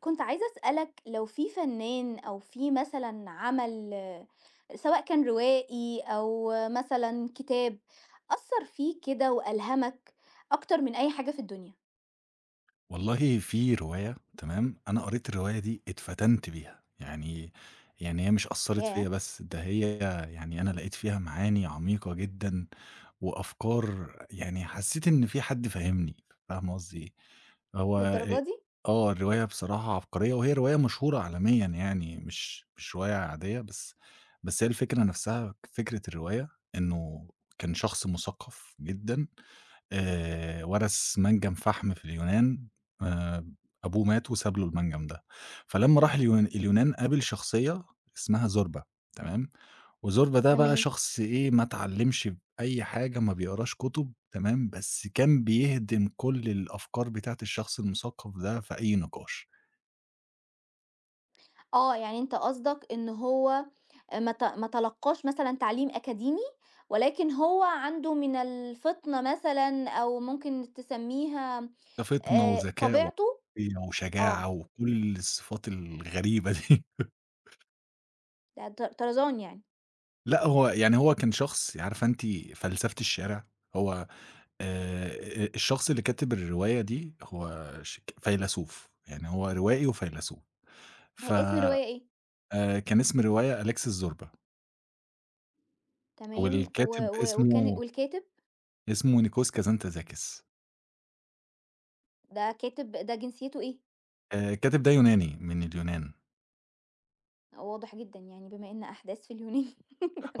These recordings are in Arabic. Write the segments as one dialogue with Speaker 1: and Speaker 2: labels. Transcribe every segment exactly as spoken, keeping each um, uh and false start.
Speaker 1: كنت عايزة أسألك لو في فنان أو في مثلًا عمل آه، سواء كان روائي أو آه، مثلًا كتاب، أثّر فيك كده وألهمك أكتر من أي حاجة في الدنيا؟
Speaker 2: والله، في رواية تمام. أنا قريت الرواية دي اتفتنت بيها. يعني يعني هي مش أثّرت فيّا
Speaker 1: ياه!
Speaker 2: بس، ده هي. يعني أنا لقيت فيها معاني عميقة جدًا وأفكار، يعني حسّيت إن في حد فاهمني. فاهمة قصدي إيه؟ هو آآ
Speaker 1: للدرجة دي؟
Speaker 2: آه، الرواية بصراحة عبقرية، وهي رواية مشهورة عالميًا. يعني مش مش رواية عادية، بس بس هي الفكرة نَفْسها، فكرة الرواية إنه كان شخص مثقّف جدًا. آآ ورث منجم فحم في اليونان. آآ أبوه مات وساب له المنجم ده. فلمّا راح اليون اليونان قابل شخصية اسمها زوربا، تمام. وزوربا ده بقى
Speaker 1: تمام.
Speaker 2: شخص إيه، ما اتعلّمش أي حاجة، ما بيقراش كُتب، تمام. بس كان بيهدم كل الأفكار بتاعة الشخص المثقف ده في أي نقاش.
Speaker 1: آه، يعني أنت قصدك إن هو ما ت ما تلقّاش مثلًا تعليم أكاديمي، ولكن هو عنده من الفطنة مثلًا أو ممكن تسميها
Speaker 2: ده فِطنة
Speaker 1: آآ
Speaker 2: وذكاء
Speaker 1: طبيعته
Speaker 2: وعقلية
Speaker 1: آه،
Speaker 2: وشجاعة وكل الصفات الغريبة دي.
Speaker 1: ده طر طرزان يعني.
Speaker 2: لأ، هو يعني هو كان شخص. عارفة أنتِ فلسفة الشارع. هو آآ أ الشخص اللي كاتب الرواية دي هو ش فيلسوف، يعني هو روائي وفيلسوف.
Speaker 1: ه
Speaker 2: ف
Speaker 1: اسم الرواية إيه؟
Speaker 2: آآ كان اسم الرواية أليكس الزوربا.
Speaker 1: تمام، و
Speaker 2: والكاتب
Speaker 1: و وكان
Speaker 2: اسمه
Speaker 1: والكاتب،
Speaker 2: اسمه نيكوس كازانتزاكيس.
Speaker 1: ده كاتب ده جنسيته إيه؟
Speaker 2: آآ الكاتب ده يوناني من اليونان.
Speaker 1: واضح جدًا يعني بما إن أحداث في اليونان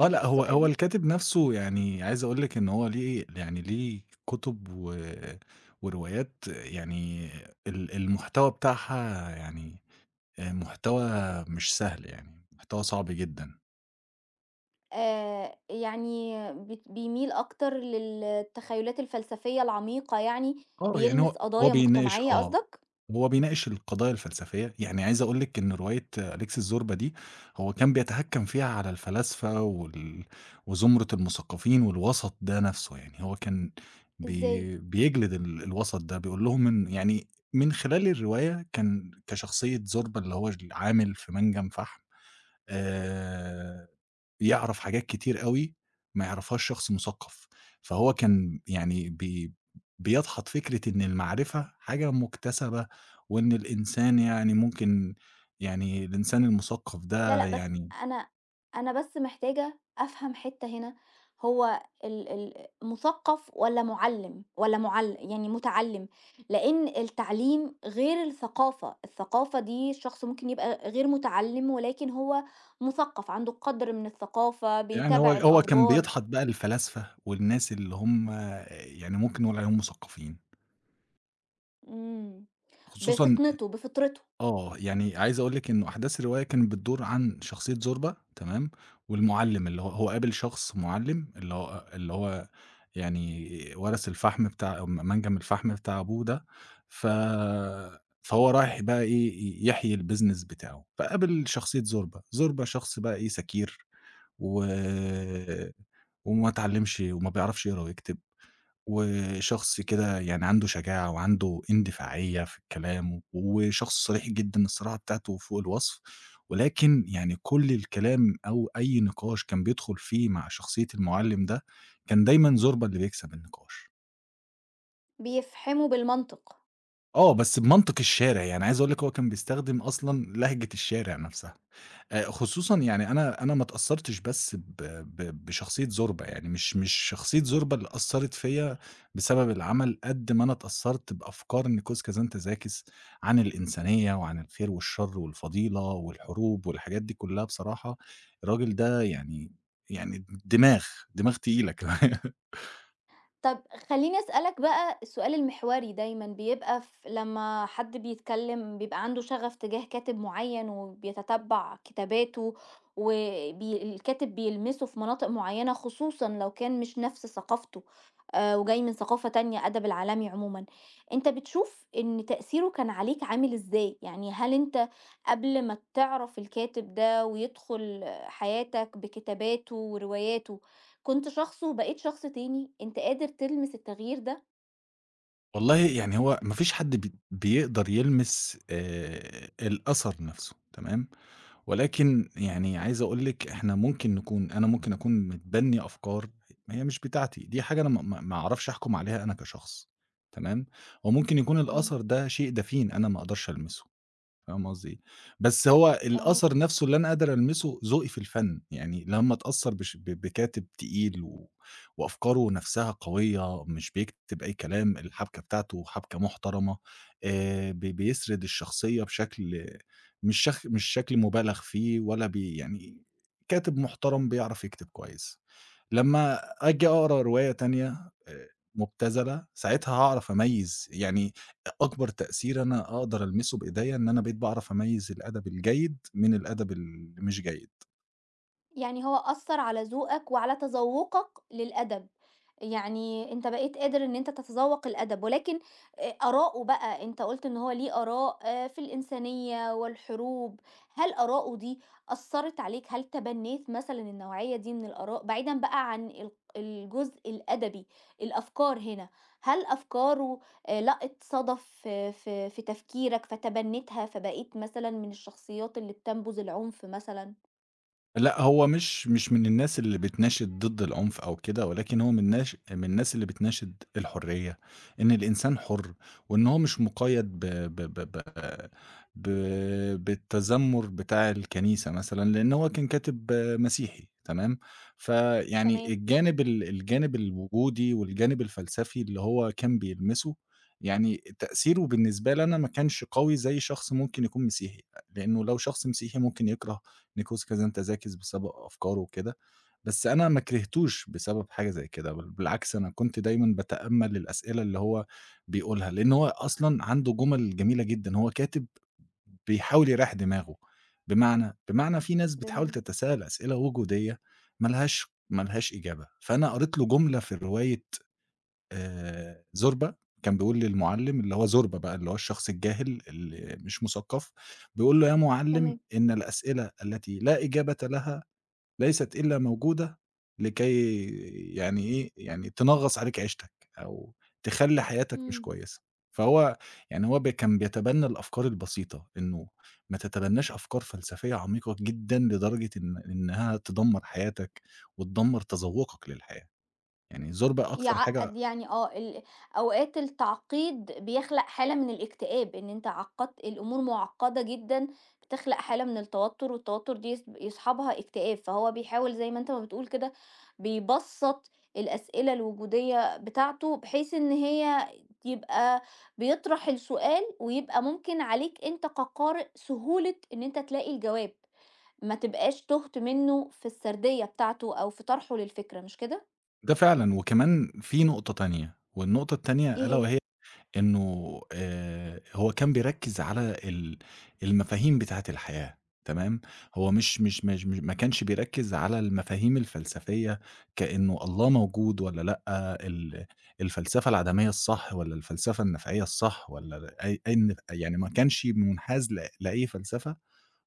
Speaker 2: آه، لأ، هو
Speaker 1: السؤال
Speaker 2: هو
Speaker 1: ده
Speaker 2: الكاتب نفسه، يعني عايز أقول لِك إن هو ليه يعني ليه كتب و وروايات. يعني ال المحتوى بتاعها يعني، آآ محتوى مش سهل يعني، محتوى صعب جدًا.
Speaker 1: آآ، يعني بت بيميل أكتر للتخيلات الفلسفية العميقة يعني،
Speaker 2: آه، يعني
Speaker 1: بيلمس
Speaker 2: هو هو
Speaker 1: قضايا
Speaker 2: بيناقش،
Speaker 1: مجتمعية
Speaker 2: آه،
Speaker 1: قصدك؟
Speaker 2: هو بيناقش القضايا الفلسفية. يعني عايز أقول لِك إن رواية أليكس الزوربا دي، هو كان بيتهكم فيها على الفلاسفة وال وزمرة المثقفين والوسط ده نفسه. يعني هو كان
Speaker 1: إزاي؟
Speaker 2: بي بيجلد ال الوسط ده، بيقول لهم إن، يعني من خلال الرواية، كان كشخصية زوربا اللي هو العامل في منجم فحم، آآ يعرف حاجات كتير أوي ما يعرفهاش شخص مثقف. فهو كان يعني بي بيدحض فكرة إن المعرفة حاجة مُكتسبة، وإن الإنسان يعني ممكن، يعني الإنسان المثقف
Speaker 1: لا،
Speaker 2: ده
Speaker 1: لأ، بس
Speaker 2: يعني.
Speaker 1: أنا أنا بس محتاجة أفهم حتّة هنا، هو ال ال مثقّف والّا مُعلِّم والّا مُعل يعني مُتعلِّم؟ لإن التعليم غير الثقافة، الثقافة دي الشخص ممكن يبقى غير مُتعلِّم ولكن هو مثقّف، عنده قدْر من الثقافة،
Speaker 2: يعني هو
Speaker 1: بيتابع
Speaker 2: هو كان
Speaker 1: الأخبار،
Speaker 2: بيدحض بقى الفلاسفة والناس اللي هم، يعني ممكن نقول عليهم مثقفين،
Speaker 1: إمم،
Speaker 2: خصوصًا.
Speaker 1: بفطنته، بفطرته،
Speaker 2: آه، يعني عايز أقول لِك إنه أحداث الرواية كانت بتدور عن شخصية زوربا، تمام. والمُعلِّم اللي هو هو قابل شخص مُعلِّم، اللي هو اللي هو، يعني وَرَث الفحم بتاع م منجم الفحم بتاع أبوه ده. ف فهو رايح بقى إيه، ي يحيي الbusiness بتاعه. فقابل شخصية زوربا. زوربا شخص بقى إيه، سَكِير و وما اتعلّمش وما بيعرفش يقرا ويكتب. وشخص كده، يعني عنده شجاعة وعنده اندفاعية في الكلام، وشخص صريح جدًا، الصراحة بتاعته فوق الوصف. ولكن يعني كل الكلام أو أي نقاش كان بيدخل فيه مع شخصية المُعلِّم ده، كان دايمًا زوربا اللي بيكسب النقاش.
Speaker 1: بيفحمه بالمنطق.
Speaker 2: آه، بس بمنطق الشارع. يعني عايز أقول لك، هو كان بيستخدم أصلًا لهجة الشارع نفْسها. آآ، خصوصًا يعني أنا أنا ما اتأثّرتش بس ب ب بشخصية زوربا. يعني مش مش شخصية زوربا اللي أثّرت فيّا بسبب العمل، قد ما أنا اتأثّرت بأفكار نيكوس كازانتزاكِس عن الإنسانية وعن الخير والشر والفضيلة والحروب والحاجات دي كلّها بصراحة. الراجل ده، يعني يعني دماغ، دماغ تقيلة كمان.
Speaker 1: طب خلّيني أسألك بقى السؤال المحوري دايمًا بيبقى ف لمّا حد بيتكلّم بيبقى عنده شغف تجاه كاتب معيّن وبيتتبّع كتاباته وبي الكاتب بيلمسه في مناطق معيّنة خصوصًا لو كان مش نَفْس ثقافته آآ وجاي من ثقافة تانية أدب العالمي عمومًا، أنت بتشوف إن تأثيره كان عليك عامل إزاي؟ يعني هل أنت قبل ما تعرف الكاتب ده ويدخُل حياتك بكتاباته ورواياته، كنت شخص وبقيت شخص تاني، أنت قادر تلمس التغيير ده؟
Speaker 2: والله يعني، هو ما فيش حد بي بيقدر يلمس آآ الأثر نفسه، تمام. ولكن يعني عايز أقول لِك، إحنا ممكن نكون، أنا ممكن أكون متبني أفكار هي مش بتاعتي، دي حاجة أنا ما ما ما أعرفش أحكم عليها أنا كشخص، تمام. وممكن يكون
Speaker 1: إمم.
Speaker 2: الأثر ده شيء دفين أنا ما أقدرش ألمسه. فاهم قصدي إيه؟ بس هو الأثر
Speaker 1: فاهماك.
Speaker 2: نفسه اللي أنا قادر ألمسه ذوقي في الفن. يعني لمّا اتأثّر بش ب بكاتب تقيل و وأفكاره نفسها قوية، مش بيكتب أي كلام، الحبكة بتاعته حبكة محترمة. آآ ب بيسرد الشخصية بشكل، مش شخ مش شكل مُبالغ فيه، ولا بي يعني. كاتب محترم بيعرف يكتب كويس. لمّا آجي أقرا رواية تانية آآ مُبتذلة، ساعتها هاعرف أميّز. يعني أ أكبر تأثير أنا أقدر ألمسه بإيديّا إن أنا بقيت باعرف أميّز الأدب الجيد من الأدب اللي مش جيد.
Speaker 1: يعني هو أثّر على ذوقك وعلى تذوقك للأدب، يعني أنت بقيت قادر إن أنت تتذوق الأدب، ولكن آآ آراءه بقى أنت قُلت إن هو ليه آراء آه، في الإنسانية والحروب، هل آراءه دي أثّرت عليك؟ هل تبنيت مثلًا النوعية دي من الآراء بعيدًا بقى عن ال الجزء الأدبي، الأفكار هنا، هل أفكاره آآ لقت صدى في في في تفكيرك فتبنيتها، فبقيت مثلًا من الشخصيات اللي بتنبُذ العنف مثلًا؟
Speaker 2: لأ، هو مش مش من الناس اللي بتناشد ضد العنف أو كده، ولكن هو من ناش من الناس اللي بتناشد الحرية، إن الإنسان حُر، وإن هو مش مُقيّد ب ب ب ب ب بالتذمُّر بتاع الكنيسة مثلًا، لإن هو كان كاتب، آه، مسيحي، تمام. فيعني
Speaker 1: تمام،
Speaker 2: الجانب، ال الجانب الوجودي والجانب الفلسفي اللي هو كان بيلمسه، يعني تأثيره بالنسبة لي أنا ما كانش قوي زي شخص ممكن يكون مسيحي. لإنه لو شخص مسيحي ممكن يكره Nicholas Casablancas، ذكي بسبب أفكاره وكده. بس أنا ما كرهتوش بسبب حاجة زي كده، بل بالعكس أنا كنت دايمًا باتأمل الأسئلة اللي هو بيقولها، لأن هو أصلًا عنده جُمل جميلة جدًا. هو كاتب بيحاول يريّح دماغه. بمعنى بمعنى في ناس بتحاول
Speaker 1: بمعنى
Speaker 2: تتساءل أسئلة وجودية ما لهاش ما لهاش إجابة. فأنا قريت له جملة في رواية آآ زوربا، كان بيقول للمُعلِّم اللي هو زوربا بقى، اللي هو الشخص الجاهل اللي مش مثقّف. بيقول له: "يا مُعلِّم،
Speaker 1: تمام،
Speaker 2: إن الأسئلة التي لا إجابة لها ليست إلا موجودة لكي، يعني إيه، يعني تنغّص عليك عيشتك، أو تخلّي حياتك مش
Speaker 1: إمم،
Speaker 2: كويسة." فهو، يعني هو ب كان بيتبنّى الأفكار البسيطة، إنه ما تتبنّاش أفكار فلسفية عميقة جدًا لدرجة إن إنها تدمّر حياتك وتدمّر تذوُّقك للحياة. يعني زوربا أكتر حاجة.
Speaker 1: يعقّد يعني آه، ال أوقات التعقيد بيخلق حالة من الاكتئاب، إن أنت عقّدت الأمور مُعقّدة جدًا، بتخلق حالة من التوتُّر، والتوتُّر دي يس يصحبها اكتئاب، فهو بيحاول زي ما أنت ما بتقول كده، بيبسّط الأسئلة الوجودية بتاعته، بحيث إن هي يبقى بيطرح السؤال، ويبقى ممكن عليك أنت كقارئ سهولة إن أنت تلاقي الجواب، ما تبقاش تُهت منه في السردية بتاعته أو في طرحه للفكرة، مش كده؟
Speaker 2: ده فعلًا، وكمان في نقطة تانية، والنقطة التانية
Speaker 1: إيه
Speaker 2: ألا
Speaker 1: هي؟
Speaker 2: وهي إنه، آآ، هو كان بيركّز على ال المفاهيم بتاعة الحياة، تمام؟ هو مش مش مش مش ما كانش بيركّز على المفاهيم الفلسفية، كإنه الله موجود والّا لأ، ال الفلسفة العدمية الصح، والّا الفلسفة النفعية الصح، والّا أي أن يعني، ما كانش منحاز ل لأي فلسفة.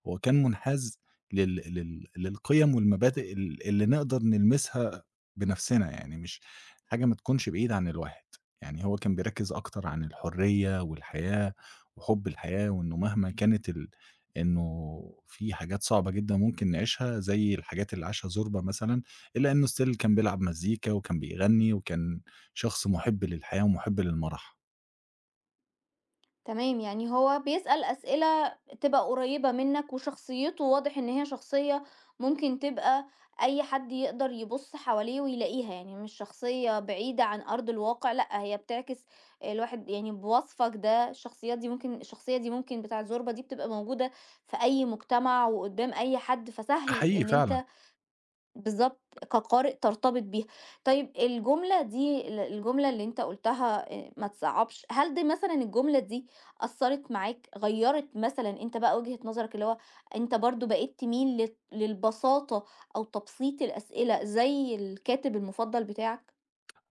Speaker 2: هو كان منحاز لل لل للقيم والمبادئ ال اللي نقدر نلمسها بنفسنا، يعني مش حاجة ما تكونش بعيدة عن الواحد. يعني هو كان بيركّز أكتر عن الحرية والحياة وحُب الحياة، وإنه مهما كانت ال إنه، في حاجات صعبة جدًا ممكن نعيشها زي الحاجات اللي عاشها زوربا مثلًا، إلا إنه still كان بيلعب مزيكا وكان بيغني وكان شخص مُحِب للحياة ومُحِب للمرح.
Speaker 1: تمام، يعني هو بيسأل أسئلة تبقى قريبة منك وشخصيته واضح إن هي شخصية ممكن تبقى أي حد يقدر يبُص حواليه ويلاقيها، يعني مش شخصية بعيدة عن أرض الواقع، لأ هي بتعكس الواحد يعني بوصفك ده الشخصيات دي ممكن الشخصية دي ممكن بتاعة زوربا دي بتبقى موجودة في أي مجتمع وقدّام أي حد،
Speaker 2: ده
Speaker 1: فسهل
Speaker 2: حقيقي
Speaker 1: إن
Speaker 2: فعلًا.
Speaker 1: أنت بالضبط، كقارئ ترتبط بيها. طيب الجملة دي ال الجملة اللي أنت قُلتها آآ ما تصعّبش، هل دي مثلًا الجملة دي أثّرت معاك، غيّرت مثلًا أنت بقى وجهة نظرك، اللي هو أنت برضه بقيت تميل للت للبساطة أو تبسيط الأسئلة زي الكاتب المُفضّل بتاعك؟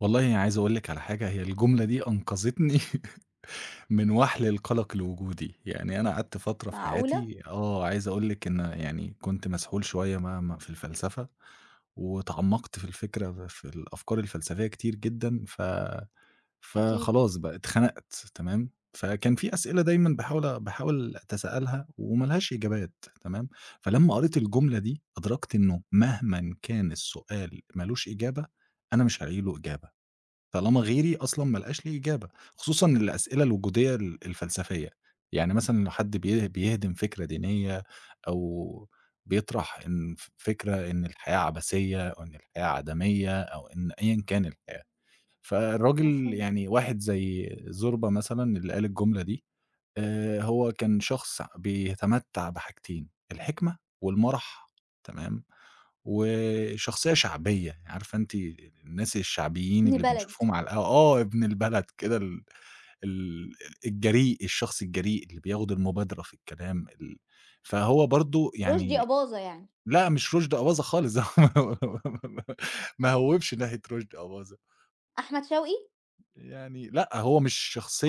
Speaker 2: والله يعني عايز أقول لِك على حاجة، هي الجملة دي أنقذتني من وحل القلق الوجودي. يعني أنا قعدت فترة في
Speaker 1: معقولة!
Speaker 2: حياتي، آه، عايز أقول لِك إن، يعني كنت مسحول شوية ما ما في الفلسفة، واتعمقت في الفكرة، في الأفكار الفلسفية كتير جدًا. ف
Speaker 1: أكيد،
Speaker 2: فخلاص بقى اتخنقت، تمام. فكان في أسئلة دايمًا باحاول باحاول أتساءلها، وما لهاش إجابات، تمام. فلمّا قريت الجملة دي أدركت إنه مهمًا كان السؤال ما لوش إجابة، أنا مش هالاقي له إجابة. طالما غيري أصلًا ما لقاش لي إجابة، خصوصًا الأسئلة الوجودية ال الفلسفية. يعني مثلًا لو حد بي بيهدم فكرة دينية، أو بيطرح إن ف فكرة إن الحياة عبثية، أو إن الحياة عدمية، أو إن أيًا كان الحياة. فالراجل،
Speaker 1: مفهوم.
Speaker 2: يعني واحد زي زوربا مثلًا اللي قال الجملة دي، آآ هو كان شخص بيتمتع بحاجتين، الحكمة والمرح، تمام؟ وشخصية شعبية، عارفة أنتِ الناس الشعبيين
Speaker 1: ابن
Speaker 2: اللي
Speaker 1: بلد،
Speaker 2: بنشوفهم على القهوة. آه، ابن البلد كده، ال ال الجريء، الشخص الجريء اللي بياخد المبادرة في الكلام، ال فهو برضه
Speaker 1: رُشدي
Speaker 2: يعني.
Speaker 1: أباظة يعني،
Speaker 2: لأ، مش رُشدي أباظة خالص ما هوّبش ناحية رُشدي أباظة.
Speaker 1: أحمد شوقي،
Speaker 2: يعني لأ، هو مش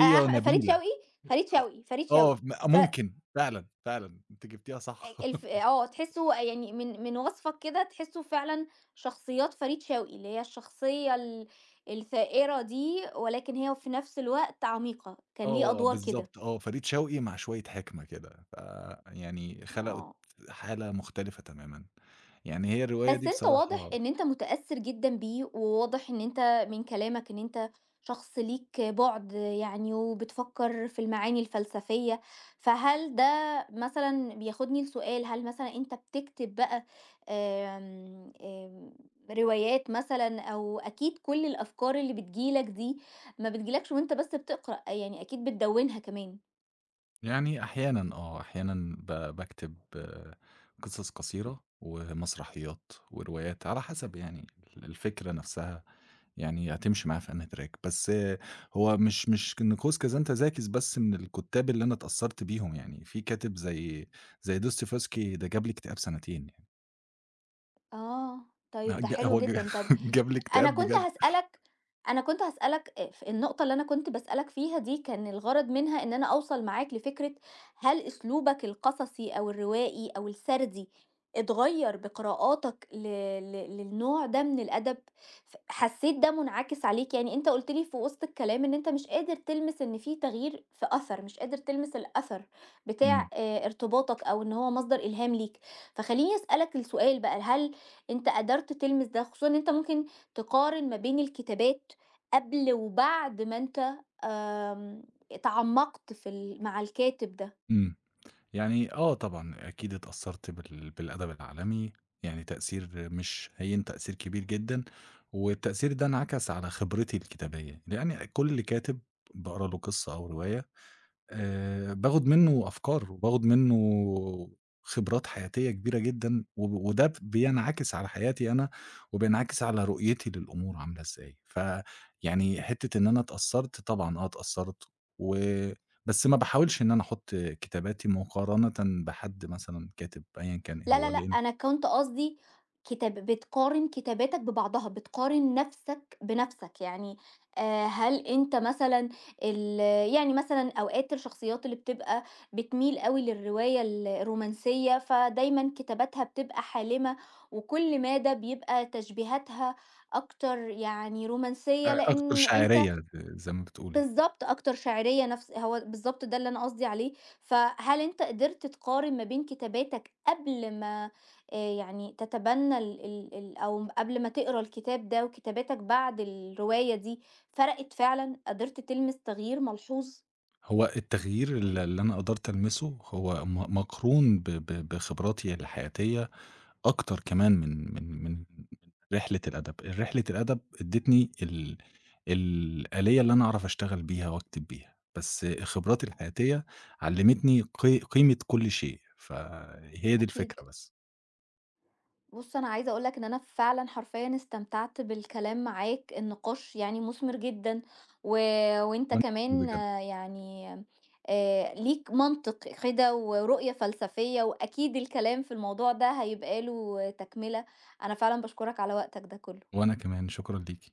Speaker 1: أ أح فريد
Speaker 2: نبيلة.
Speaker 1: شوقي، فريد
Speaker 2: آه،
Speaker 1: شوقي، فريد
Speaker 2: آه،
Speaker 1: شوقي،
Speaker 2: م
Speaker 1: ف
Speaker 2: ممكن فعلًا، فعلًا أنتِ جبتيها
Speaker 1: آآ
Speaker 2: صح.
Speaker 1: الف آه، تحسّه يعني من من وصفك كده تحسّه فعلًا شخصيات فريد شوقي، اللي هي الشخصية ال الثائرة دي، ولكن هي في نفس الوقت عميقة، كان ليه
Speaker 2: آه، آه،
Speaker 1: أدوار كده.
Speaker 2: بالضبط، آه، فريد شوقي مع شوية حِكمة كده، فيعني خلقوا
Speaker 1: آه.
Speaker 2: حالة مختلفة تمامًا. يعني هي الرواية
Speaker 1: بس
Speaker 2: دي
Speaker 1: أنت واضح
Speaker 2: بصراحة.
Speaker 1: إن أنت متأثّر جدًا بيه، وواضح إن أنت من كلامك إن أنت شخص ليك بُعد يعني وبتفكّر في المعاني الفلسفية، فهل ده مثلًا بياخدني لسؤال، هل مثلًا أنت بتكتب بقى آمم، آمم، روايات مثلًا أو أكيد كل الأفكار اللي بتيجي لك دي ما بتيجيلكش وأنت بس بتقرأ، يعني أكيد بتدوّنها كمان.
Speaker 2: يعني أحيانًا آه، أحيانًا ب باكتب قصص قصيرة ومسرحيات وروايات، على حسب يعني ال الفكرة نفسها، يعني هتمشي معايا في أنهي track. بس هو مش مش نقوص كازانتزاكيز بس من الكُتّاب اللي أنا اتأثّرت بيهم. يعني في كاتب زي زي دوستويفسكي ده جاب لي اكتئاب سنتين يعني.
Speaker 1: آه، طيب
Speaker 2: آه،
Speaker 1: ده
Speaker 2: ج
Speaker 1: حلو
Speaker 2: هو ج
Speaker 1: جدًا. طَب
Speaker 2: جاب لي
Speaker 1: أنا
Speaker 2: اكتئاب
Speaker 1: كنت
Speaker 2: بجد.
Speaker 1: هاسألك أنا كنت هاسألك آآ ف النقطة اللي أنا كنت باسألك فيها دي كان الغرض منها إن أنا أوصل معاك لفكرة هل أسلوبك القصصي أو الروائي أو السردي اتغيّر بقراءاتك ل ل للنوع ده من الأدب؟ ف حسّيت ده منعكس عليك؟ يعني أنت قُلت لي في وسط الكلام إن أنت مش قادر تلمس إن في تغيير في أثر، مش قادر تلمس الأثر
Speaker 2: إمم،
Speaker 1: بتاع آآ ارتباطك أو إن هو مصدر إلهام ليك، فخلّيني أسألك السؤال بقى، هل أنت قدرت تلمس ده؟ خصوصًا إن أنت ممكن تقارن ما بين الكتابات قبل وبعد ما أنت آمم، اتعمقت في ال مع الكاتب ده.
Speaker 2: إمم، يعني آه طبعًا أكيد اتأثّرت بال بالأدب العالمي. يعني تأثير مش هين، تأثير كبير جدًا. والتأثير ده انعكس على خبرتي الكتابية، لأن كل كاتب باقرا له قصة أو رواية آآ باخد منّه أفكار، وباخد منّه خبرات حياتية كبيرة جدًا، وب وده بينعكس على حياتي أنا، وبينعكس على رؤيتي للأمور عاملة إزاي. فيعني حتّة إن أنا اتأثّرت، طبعًا آه اتأثّرت. و بس ما باحاولش إن أنا أحُط كتاباتي مقارنةً بحد مثلًا كاتب أيًا كان إيه
Speaker 1: لا،
Speaker 2: هو،
Speaker 1: لا، لأ،
Speaker 2: لإن
Speaker 1: أنا كنت قصدي كتاب بتقارن كتاباتك ببعضها، بتقارن نفسك بنفسك، يعني آآ، هل أنت مثلًا ال يعني مثلًا أوقات الشخصيات اللي بتبقى بتميل أوي للرواية ال الرومانسية، فدايمًا كتاباتها بتبقى حالمة، وكل مادة بيبقى تشبيهاتها أكتر يعني رومانسية،
Speaker 2: أ أكتر
Speaker 1: لإن أنت
Speaker 2: شاعرية ز زي ما بتقولي.
Speaker 1: بالضبط، أكتر شعرية نفس هو بالضبط ده اللي أنا قصدي عليه، فهل أنت قدرت تقارن ما بين كتاباتك قبل ما آآ يعني تتبنى ال ال ال أو قبل ما تقرا الكتاب ده وكتاباتك بعد الرواية دي فرقت فعلًا؟ قدرت تلمس تغيير ملحوظ؟
Speaker 2: هو التغيير ال اللي أنا قدرت ألمسه هو م مقرون ب ب بخبراتي الحياتية أكتر كمان من من من من رحلة الأدب. رحلة الأدب ادّتني ال الآلية اللي أنا أعرف أشتغل بيها وأكتب بيها. بس خبراتي الحياتية علّمتني قي قيمة كل شيء، فهي دي
Speaker 1: أكيد.
Speaker 2: الفكرة بس.
Speaker 1: بُص، أنا عايزة أقول لك إن أنا فعلًا حرفيًا استمتعت بالكلام معاك، النقاش يعني مثمر جدًا، و وأنت
Speaker 2: وأنا
Speaker 1: كمان
Speaker 2: بجد،
Speaker 1: آه، يعني آآ ليك منطق كده ورؤية فلسفية، وأكيد الكلام في الموضوع ده هيبقى له تكملة. أنا فعلًا باشكرك على وقتك ده كله.
Speaker 2: وأنا كمان شكرًا ليكِ.